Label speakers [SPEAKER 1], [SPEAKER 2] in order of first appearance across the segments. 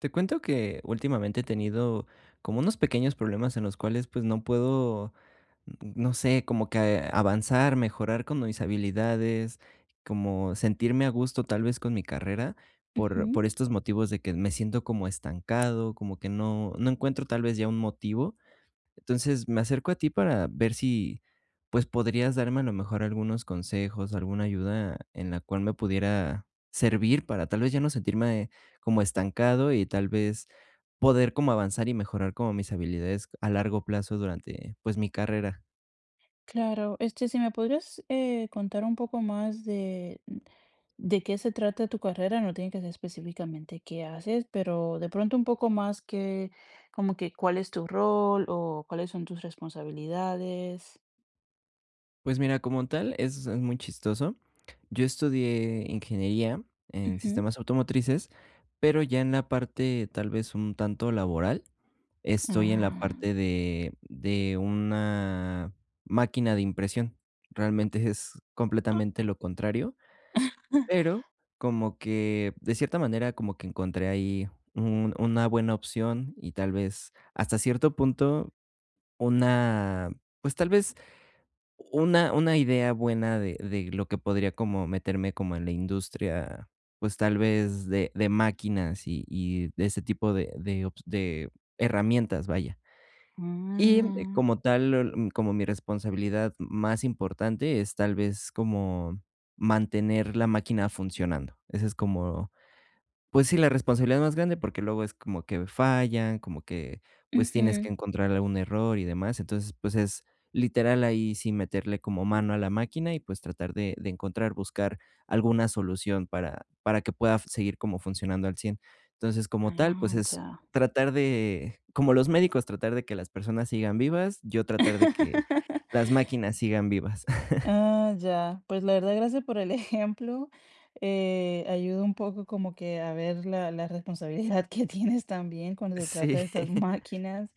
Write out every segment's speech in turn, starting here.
[SPEAKER 1] Te cuento que últimamente he tenido como unos pequeños problemas en los cuales pues no puedo, no sé, como que avanzar, mejorar con mis habilidades, como sentirme a gusto tal vez con mi carrera por,
[SPEAKER 2] Ujú.
[SPEAKER 1] por estos motivos de que me siento como estancado, como que no, no encuentro tal vez ya un motivo. Entonces, me acerco a ti para ver si, pues, podrías darme a lo mejor algunos consejos, alguna ayuda en la cual me pudiera servir para tal vez ya no sentirme como estancado y tal vez poder como avanzar y mejorar como mis habilidades a largo plazo durante, pues, mi carrera.
[SPEAKER 2] Claro, si me podrías contar un poco más de qué se trata tu carrera. No tiene que ser específicamente qué haces, pero de pronto un poco más, que, como que cuál es tu rol o cuáles son tus responsabilidades.
[SPEAKER 1] Pues mira, como tal, es muy chistoso. Yo estudié ingeniería en
[SPEAKER 2] Ujú.
[SPEAKER 1] sistemas automotrices, pero ya en la parte tal vez un tanto laboral. Estoy en la
[SPEAKER 2] Ah.
[SPEAKER 1] parte de una máquina de impresión. Realmente es
[SPEAKER 2] Ah,
[SPEAKER 1] completamente lo contrario, pero como que, de cierta manera, como que encontré ahí un una buena opción y tal vez, hasta cierto punto, una, pues, tal vez una idea buena de lo que podría como meterme como en la industria, pues, tal vez de máquinas y de ese tipo de herramientas, vaya. Y como tal, como mi responsabilidad más importante es tal vez como mantener la máquina funcionando. Esa es como pues sí, la responsabilidad más grande, porque luego es como que fallan, como que, pues, tienes
[SPEAKER 2] ujú,
[SPEAKER 1] que encontrar algún error y demás. Entonces, pues, es literal ahí sí meterle como mano a la máquina y, pues, tratar de encontrar, buscar alguna solución para que pueda seguir como funcionando al 100. Entonces, como tal,
[SPEAKER 2] ah,
[SPEAKER 1] pues, es
[SPEAKER 2] ya.
[SPEAKER 1] tratar de, como los médicos, tratar de que las personas sigan vivas, yo tratar de que las máquinas sigan vivas.
[SPEAKER 2] Ah, ya. Pues la verdad, gracias por el ejemplo. Ayuda un poco como que a ver la responsabilidad que tienes también cuando se trata
[SPEAKER 1] Sí.
[SPEAKER 2] de estas máquinas.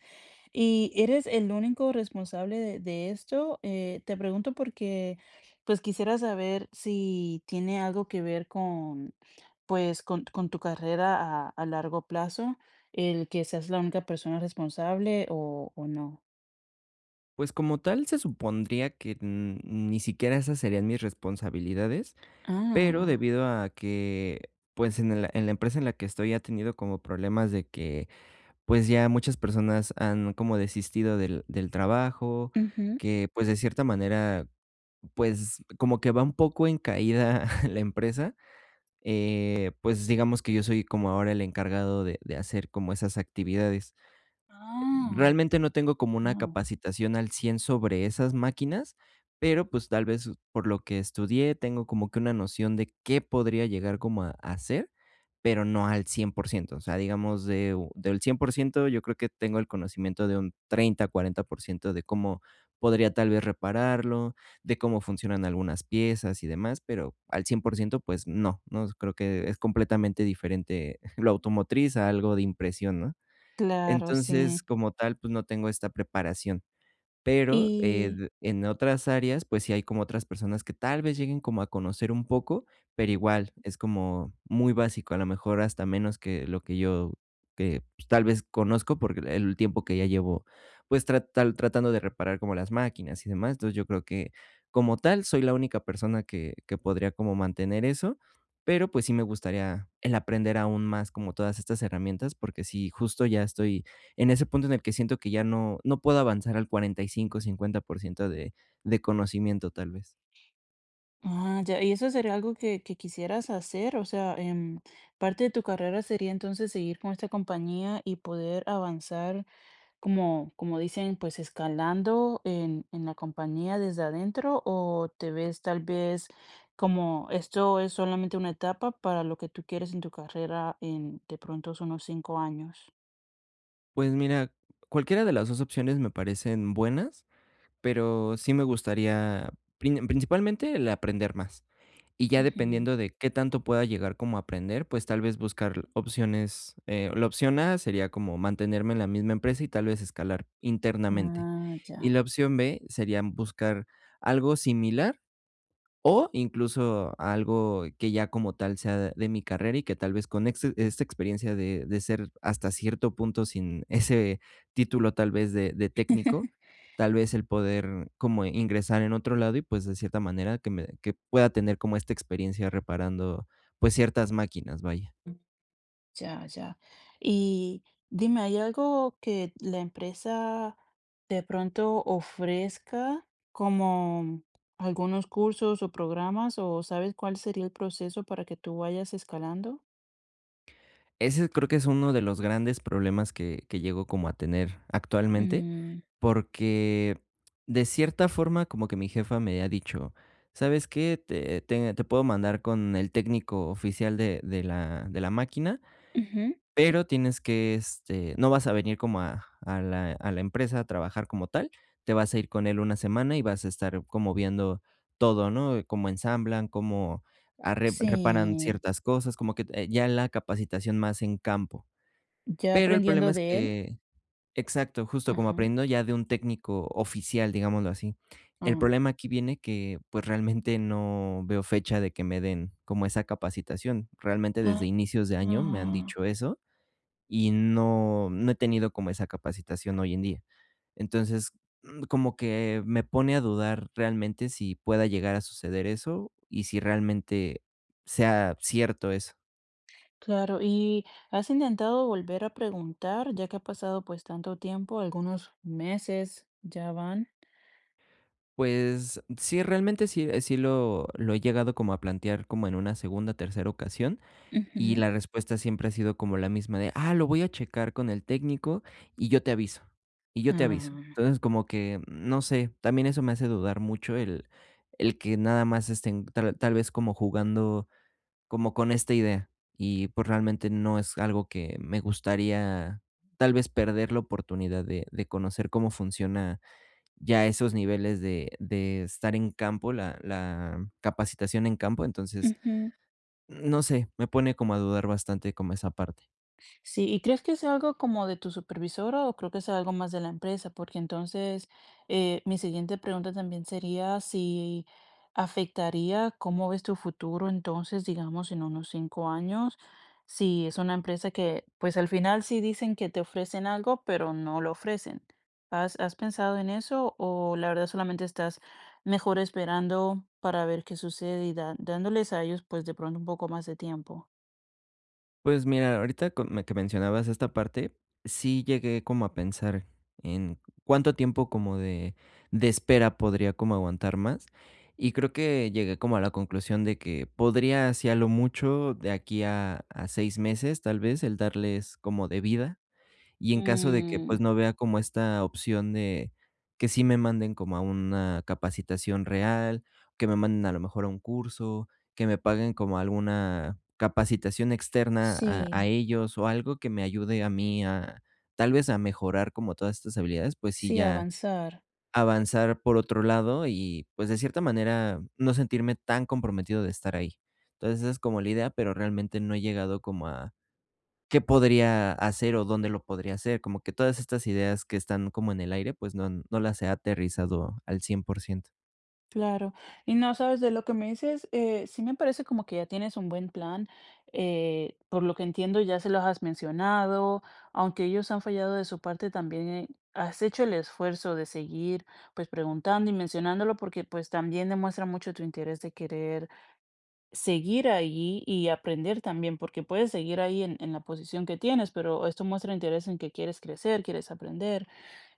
[SPEAKER 2] ¿Y eres el único responsable de esto? Te pregunto porque pues quisiera saber si tiene algo que ver con, pues, con tu carrera a largo plazo, el que seas la única persona responsable o no.
[SPEAKER 1] Pues, como tal, se supondría que n ni siquiera esas serían mis responsabilidades, pero
[SPEAKER 2] Ah,
[SPEAKER 1] debido a que, pues, en la empresa en la que estoy ha tenido como problemas de que, pues, ya muchas personas han como desistido del trabajo,
[SPEAKER 2] ujú.
[SPEAKER 1] que, pues, de cierta manera, pues, como que va un poco en caída la empresa, pues, digamos que yo soy como ahora el encargado de hacer como esas actividades.
[SPEAKER 2] Ah,
[SPEAKER 1] Realmente no tengo como una
[SPEAKER 2] wow.
[SPEAKER 1] capacitación al 100 sobre esas máquinas, pero, pues, tal vez por lo que estudié, tengo como que una noción de qué podría llegar como a hacer, pero no al 100%. O sea, digamos, de u del 100%, yo creo que tengo el conocimiento de un 30 40% de cómo podría tal vez repararlo, de cómo funcionan algunas piezas y demás, pero al 100% pues no, no, creo que es completamente diferente lo automotriz a algo de impresión, ¿no?
[SPEAKER 2] Claro,
[SPEAKER 1] Entonces,
[SPEAKER 2] sí.
[SPEAKER 1] como tal, pues, no tengo esta preparación, pero,
[SPEAKER 2] Y
[SPEAKER 1] d en otras áreas, pues, sí hay como otras personas que tal vez lleguen como a conocer un poco, pero igual es como muy básico, a lo mejor hasta menos que lo que yo que, pues, tal vez conozco porque el tiempo que ya llevo, pues, tratal tratando de reparar como las máquinas y demás. Entonces, yo creo que como tal soy la única persona que podría como mantener eso, pero, pues, sí me gustaría el aprender aún más como todas estas herramientas, porque sí, justo ya estoy en ese punto en el que siento que ya no no puedo avanzar al 45 50% de conocimiento, tal vez.
[SPEAKER 2] ah, ya, y eso sería algo que quisieras hacer. O sea, parte de tu carrera sería entonces seguir con esta compañía y poder avanzar, como, como dicen, pues escalando en la compañía desde adentro, o te ves tal vez como esto es solamente una etapa para lo que tú quieres en tu carrera en de pronto son unos 5 años.
[SPEAKER 1] Pues mira, cualquiera de las 2 opciones me parecen buenas, pero sí me gustaría principalmente el aprender más. Y ya
[SPEAKER 2] Ujú.
[SPEAKER 1] dependiendo de qué tanto pueda llegar como a aprender, pues tal vez buscar opciones, la opción A sería como mantenerme en la misma empresa y tal vez escalar internamente.
[SPEAKER 2] Ah, ya.
[SPEAKER 1] Y la opción B sería buscar algo similar, o incluso algo que ya como tal sea de mi carrera y que tal vez con ex esta experiencia de ser hasta cierto punto sin ese título tal vez de técnico, tal vez el poder como ingresar en otro lado y, pues, de cierta manera que me que pueda tener como esta experiencia reparando, pues, ciertas máquinas, vaya.
[SPEAKER 2] Ya, ya. Y dime, ¿hay algo que la empresa de pronto ofrezca como algunos cursos o programas, o sabes cuál sería el proceso para que tú vayas escalando?
[SPEAKER 1] Ese creo que es uno de los grandes problemas que llego como a tener actualmente,
[SPEAKER 2] Mm,
[SPEAKER 1] porque de cierta forma como que mi jefa me ha dicho: "¿Sabes qué? Te puedo mandar con el técnico oficial de la máquina,
[SPEAKER 2] ujú.
[SPEAKER 1] pero tienes que, este, no vas a venir como a la empresa a trabajar como tal, te vas a ir con él 1 semana y vas a estar como viendo todo, ¿no? Cómo ensamblan, cómo arre reparan
[SPEAKER 2] Sí,
[SPEAKER 1] ciertas cosas, como que, ya la capacitación más en campo".
[SPEAKER 2] ya
[SPEAKER 1] Pero el problema
[SPEAKER 2] aprendiendo
[SPEAKER 1] es
[SPEAKER 2] de él.
[SPEAKER 1] que exacto, justo como
[SPEAKER 2] Ajá.
[SPEAKER 1] aprendiendo ya de un técnico oficial, digámoslo así. El
[SPEAKER 2] Ah,
[SPEAKER 1] problema aquí viene que, pues, realmente no veo fecha de que me den como esa capacitación. Realmente desde
[SPEAKER 2] ah,
[SPEAKER 1] inicios de año me han
[SPEAKER 2] ah.
[SPEAKER 1] dicho eso y no no he tenido como esa capacitación hoy en día. Entonces, como que me pone a dudar realmente si pueda llegar a suceder eso y si realmente sea cierto eso.
[SPEAKER 2] Claro, ¿y has intentado volver a preguntar, ya que ha pasado pues tanto tiempo, algunos meses ya van?
[SPEAKER 1] Pues sí, realmente sí, sí lo he llegado como a plantear como en una segunda, tercera ocasión. Y
[SPEAKER 2] Ujú,
[SPEAKER 1] la respuesta siempre ha sido como la misma de: "Ah, lo voy a checar con el técnico y yo te aviso, y yo te aviso".
[SPEAKER 2] ah.
[SPEAKER 1] Entonces, como que, no sé, también eso me hace dudar mucho el que nada más estén tal vez como jugando como con esta idea, y pues realmente no es algo que me gustaría tal vez perder la oportunidad de conocer cómo funciona ya esos niveles de estar en campo, la capacitación en campo. Entonces
[SPEAKER 2] Ujú.
[SPEAKER 1] no sé, me pone como a dudar bastante como esa parte.
[SPEAKER 2] Sí, ¿y crees que es algo como de tu supervisora, o creo que es algo más de la empresa? Porque entonces mi siguiente pregunta también sería si afectaría cómo ves tu futuro entonces, digamos, en unos 5 años, si es una empresa que, pues al final sí dicen que te ofrecen algo, pero no lo ofrecen. ¿Has pensado en eso, o la verdad solamente estás mejor esperando para ver qué sucede y dándoles a ellos pues de pronto un poco más de tiempo?
[SPEAKER 1] Pues mira, ahorita que mencionabas esta parte, sí llegué como a pensar en cuánto tiempo como de espera podría como aguantar más. Y creo que llegué como a la conclusión de que podría, hacia lo mucho, de aquí a 6 meses, tal vez, el darles como de vida. Y en caso de que,
[SPEAKER 2] Mm.
[SPEAKER 1] pues, no vea como esta opción de que sí me manden como a una capacitación real, que me manden a lo mejor a un curso, que me paguen como alguna capacitación externa a
[SPEAKER 2] Sí,
[SPEAKER 1] ellos o algo que me ayude a mí a, tal vez, a mejorar como todas estas habilidades, pues sí,
[SPEAKER 2] sí,
[SPEAKER 1] ya
[SPEAKER 2] avanzar,
[SPEAKER 1] avanzar por otro lado y, pues, de cierta manera, no sentirme tan comprometido de estar ahí. Entonces, esa es como la idea, pero realmente no he llegado como a qué podría hacer o dónde lo podría hacer, como que todas estas ideas que están como en el aire, pues no no las he aterrizado al 100%.
[SPEAKER 2] claro. Y no sabes, de lo que me dices, sí me parece como que ya tienes un buen plan. Eh, por lo que entiendo, ya se los has mencionado, aunque ellos han fallado de su parte. También has hecho el esfuerzo de seguir, pues, preguntando y mencionándolo, porque pues también demuestra mucho tu interés de querer seguir ahí y aprender también, porque puedes seguir ahí en la posición que tienes, pero esto muestra interés en que quieres crecer, quieres aprender.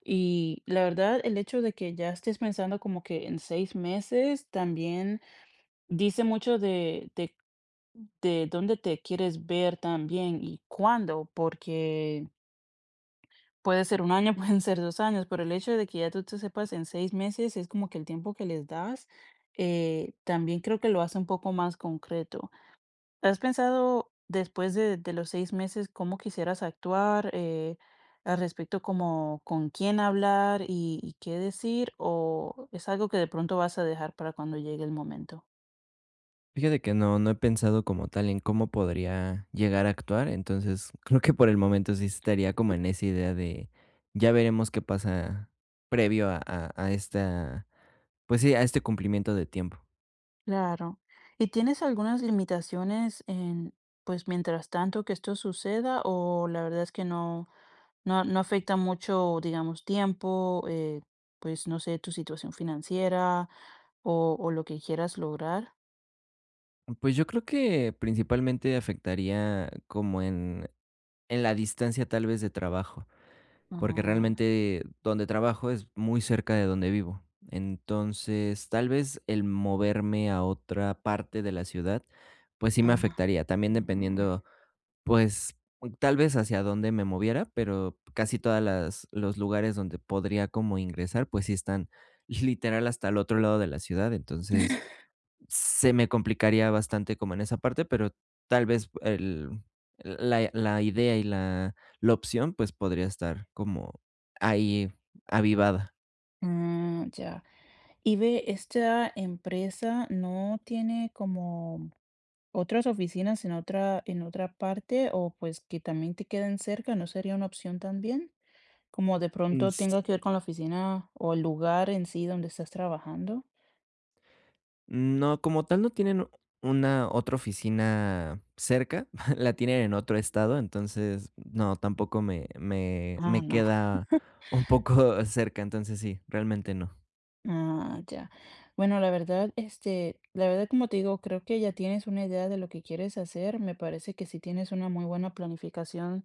[SPEAKER 2] Y la verdad, el hecho de que ya estés pensando como que en 6 meses también dice mucho de dónde te quieres ver también y cuándo, porque puede ser un año, pueden ser 2 años, pero el hecho de que ya tú te sepas en 6 meses es como que el tiempo que les das. También creo que lo hace un poco más concreto. ¿Has pensado después de los 6 meses cómo quisieras actuar al respecto, como con quién hablar y qué decir? ¿O es algo que de pronto vas a dejar para cuando llegue el momento?
[SPEAKER 1] Fíjate que no, no he pensado como tal en cómo podría llegar a actuar, entonces creo que por el momento sí estaría como en esa idea de ya veremos qué pasa previo a esta, pues sí, a este cumplimiento de tiempo.
[SPEAKER 2] Claro. ¿Y tienes algunas limitaciones en, pues, mientras tanto que esto suceda? ¿O la verdad es que no, no, no afecta mucho, digamos, tiempo? Pues, no sé, tu situación financiera o lo que quieras lograr.
[SPEAKER 1] Pues yo creo que principalmente afectaría como en la distancia tal vez de trabajo, porque
[SPEAKER 2] No.
[SPEAKER 1] realmente donde trabajo es muy cerca de donde vivo. Entonces, tal vez el moverme a otra parte de la ciudad, pues sí me
[SPEAKER 2] Ah,
[SPEAKER 1] afectaría. También
[SPEAKER 2] mm,
[SPEAKER 1] dependiendo, pues tal vez hacia dónde me moviera, pero casi todas las los lugares donde podría como ingresar, pues sí están literal hasta el otro lado de la ciudad. Entonces, se me complicaría bastante como en esa parte, pero tal vez el la idea y la opción, pues, podría estar como ahí avivada.
[SPEAKER 2] ah, ya. Y ve, esta empresa no tiene como otras oficinas en otra parte, o pues que también te queden cerca, ¿no sería una opción también? Como de
[SPEAKER 1] Mm,
[SPEAKER 2] pronto
[SPEAKER 1] s
[SPEAKER 2] tenga que ver con la oficina o el lugar en sí donde estás trabajando.
[SPEAKER 1] No, como tal, no tienen una otra oficina cerca, la tienen en otro estado, entonces, no, tampoco me me
[SPEAKER 2] Ah,
[SPEAKER 1] me
[SPEAKER 2] no.
[SPEAKER 1] queda un poco cerca, entonces sí, realmente no.
[SPEAKER 2] Ah, ya. Bueno, la verdad, la verdad, como te digo, creo que ya tienes una idea de lo que quieres hacer. Me parece que sí tienes una muy buena planificación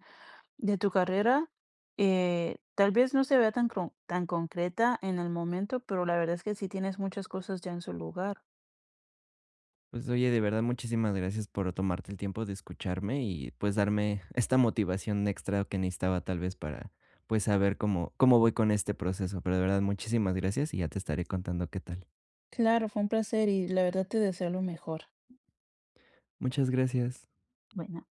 [SPEAKER 2] de tu carrera. Tal vez no se vea tan, tan concreta en el momento, pero la verdad es que sí tienes muchas cosas ya en su lugar.
[SPEAKER 1] Pues oye, de verdad, muchísimas gracias por tomarte el tiempo de escucharme y pues darme esta motivación extra que necesitaba tal vez para pues saber cómo, cómo voy con este proceso. Pero de verdad, muchísimas gracias y ya te estaré contando qué tal.
[SPEAKER 2] Claro, fue un placer y la verdad te deseo lo mejor.
[SPEAKER 1] Muchas gracias.
[SPEAKER 2] Bueno.